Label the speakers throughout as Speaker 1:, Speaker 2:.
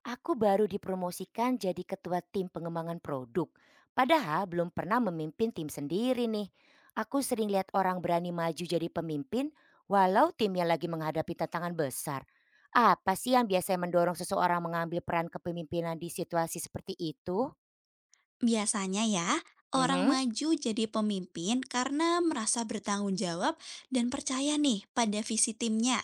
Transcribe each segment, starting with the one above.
Speaker 1: Aku baru dipromosikan jadi ketua tim pengembangan produk. Padahal belum pernah memimpin tim sendiri nih. Aku sering lihat orang berani maju jadi pemimpin walau timnya lagi menghadapi tantangan besar. Apa sih yang biasanya mendorong seseorang mengambil peran kepemimpinan di situasi seperti itu?
Speaker 2: Biasanya ya, orang
Speaker 1: Mhm.
Speaker 2: maju jadi pemimpin karena merasa bertanggung jawab dan percaya nih pada visi timnya.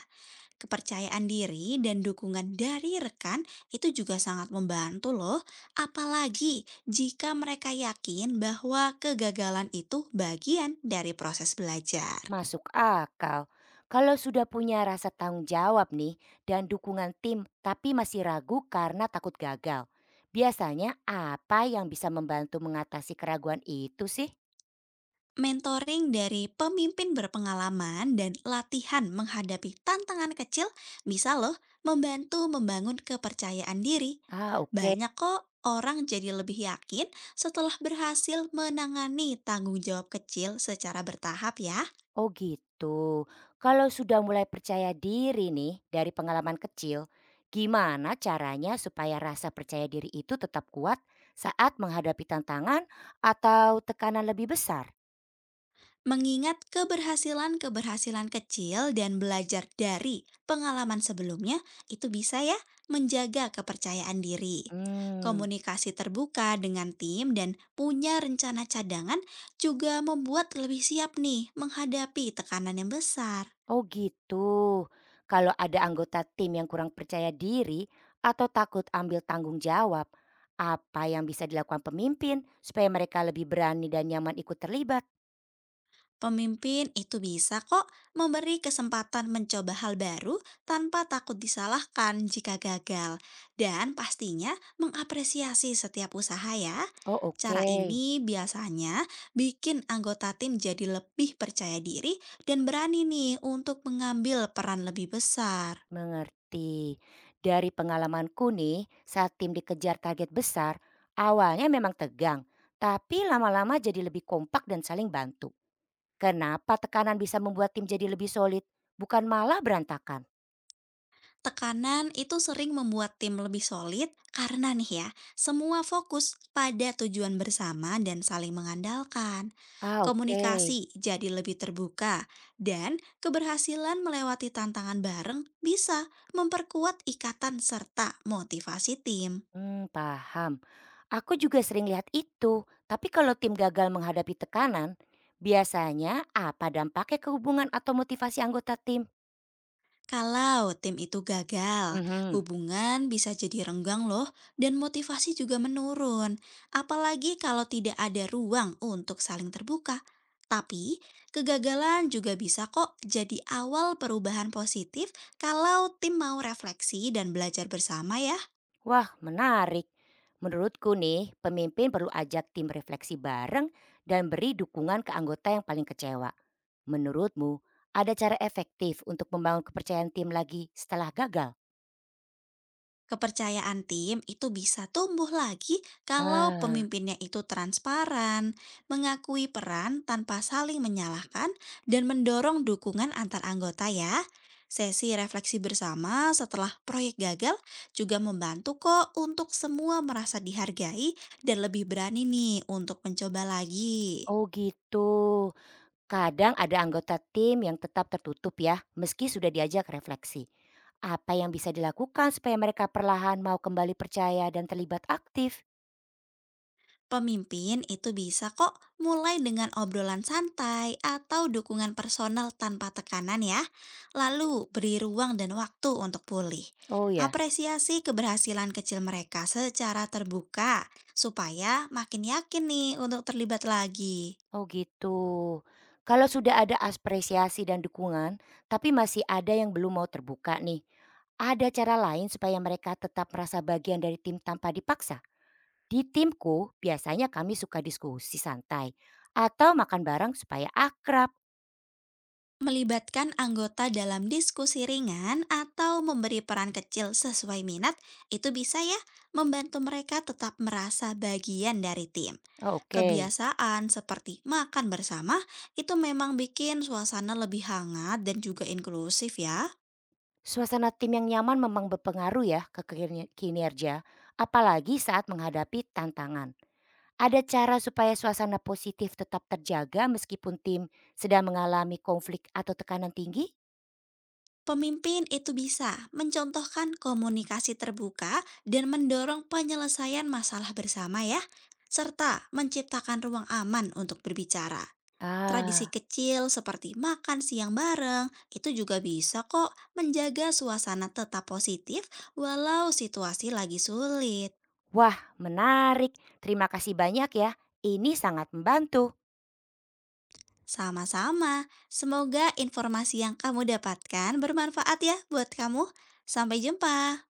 Speaker 2: Kepercayaan diri dan dukungan dari rekan itu juga sangat membantu loh. Apalagi jika mereka yakin bahwa kegagalan itu bagian dari proses belajar.
Speaker 1: Masuk akal. Kalau sudah punya rasa tanggung jawab nih dan dukungan tim tapi masih ragu karena takut gagal. Biasanya apa yang bisa membantu mengatasi keraguan itu sih?
Speaker 2: Mentoring dari pemimpin berpengalaman dan latihan menghadapi tantangan kecil bisa loh membantu membangun kepercayaan diri.
Speaker 1: Ah, oke.
Speaker 2: Banyak kok orang jadi lebih yakin setelah berhasil menangani tanggung jawab kecil secara bertahap ya.
Speaker 1: Oh gitu. Kalau sudah mulai percaya diri nih dari pengalaman kecil, gimana caranya supaya rasa percaya diri itu tetap kuat saat menghadapi tantangan atau tekanan lebih besar?
Speaker 2: Mengingat keberhasilan-keberhasilan kecil dan belajar dari pengalaman sebelumnya, itu bisa ya menjaga kepercayaan diri.
Speaker 1: Hmm.
Speaker 2: Komunikasi terbuka dengan tim dan punya rencana cadangan juga membuat lebih siap nih menghadapi tekanan yang besar.
Speaker 1: Oh gitu. Kalau ada anggota tim yang kurang percaya diri atau takut ambil tanggung jawab, apa yang bisa dilakukan pemimpin supaya mereka lebih berani dan nyaman ikut terlibat?
Speaker 2: Pemimpin itu bisa kok memberi kesempatan mencoba hal baru tanpa takut disalahkan jika gagal, dan pastinya mengapresiasi setiap usaha. Ya,
Speaker 1: Oh
Speaker 2: cara
Speaker 1: oke,
Speaker 2: ini biasanya bikin anggota tim jadi lebih percaya diri dan berani nih untuk mengambil peran lebih besar.
Speaker 1: mengerti. Dari pengalamanku nih, saat tim dikejar target besar, awalnya memang tegang, tapi lama-lama jadi lebih kompak dan saling bantu. Kenapa tekanan bisa membuat tim jadi lebih solid, bukan malah berantakan?
Speaker 2: Tekanan itu sering membuat tim lebih solid karena nih ya, semua fokus pada tujuan bersama dan saling mengandalkan.
Speaker 1: Ah, oke.
Speaker 2: Komunikasi jadi lebih terbuka, dan keberhasilan melewati tantangan bareng bisa memperkuat ikatan serta motivasi tim.
Speaker 1: Mmm, paham. Aku juga sering lihat itu, tapi kalau tim gagal menghadapi tekanan, biasanya apa dampaknya ke hubungan atau motivasi anggota tim?
Speaker 2: Kalau tim itu gagal,
Speaker 1: Mhm.
Speaker 2: hubungan bisa jadi renggang loh, dan motivasi juga menurun. Apalagi kalau tidak ada ruang untuk saling terbuka. Tapi, kegagalan juga bisa kok jadi awal perubahan positif kalau tim mau refleksi dan belajar bersama ya.
Speaker 1: Wah, menarik. Menurutku nih, pemimpin perlu ajak tim refleksi bareng dan beri dukungan ke anggota yang paling kecewa. Menurutmu, ada cara efektif untuk membangun kepercayaan tim lagi setelah gagal?
Speaker 2: Kepercayaan tim itu bisa tumbuh lagi kalau
Speaker 1: Ah,
Speaker 2: pemimpinnya itu transparan, mengakui peran tanpa saling menyalahkan, dan mendorong dukungan antar anggota ya. Sesi refleksi bersama setelah proyek gagal juga membantu kok untuk semua merasa dihargai dan lebih berani nih untuk mencoba lagi.
Speaker 1: oh gitu. Kadang ada anggota tim yang tetap tertutup ya, meski sudah diajak refleksi. Apa yang bisa dilakukan supaya mereka perlahan mau kembali percaya dan terlibat aktif?
Speaker 2: Pemimpin itu bisa kok mulai dengan obrolan santai atau dukungan personal tanpa tekanan ya. Lalu beri ruang dan waktu untuk pulih.
Speaker 1: Oh ya,
Speaker 2: Apresiasi keberhasilan kecil mereka secara terbuka supaya makin yakin nih untuk terlibat lagi.
Speaker 1: oh gitu. Kalau sudah ada apresiasi dan dukungan, tapi masih ada yang belum mau terbuka nih. Ada cara lain supaya mereka tetap merasa bagian dari tim tanpa dipaksa? Di timku, biasanya kami suka diskusi santai atau makan bareng supaya akrab.
Speaker 2: Melibatkan anggota dalam diskusi ringan atau memberi peran kecil sesuai minat itu bisa ya membantu mereka tetap merasa bagian dari tim.
Speaker 1: Oh, oke.
Speaker 2: Kebiasaan seperti makan bersama itu memang bikin suasana lebih hangat dan juga inklusif ya.
Speaker 1: Suasana tim yang nyaman memang berpengaruh ya ke kinerja, apalagi saat menghadapi tantangan. Ada cara supaya suasana positif tetap terjaga meskipun tim sedang mengalami konflik atau tekanan tinggi?
Speaker 2: Pemimpin itu bisa mencontohkan komunikasi terbuka dan mendorong penyelesaian masalah bersama ya, serta menciptakan ruang aman untuk berbicara. Tradisi
Speaker 1: Ah,
Speaker 2: kecil seperti makan siang bareng itu juga bisa kok menjaga suasana tetap positif walau situasi lagi sulit.
Speaker 1: wah, menarik. Terima kasih banyak ya. Ini sangat membantu.
Speaker 2: Sama-sama, semoga informasi yang kamu dapatkan bermanfaat ya buat kamu. Sampai jumpa.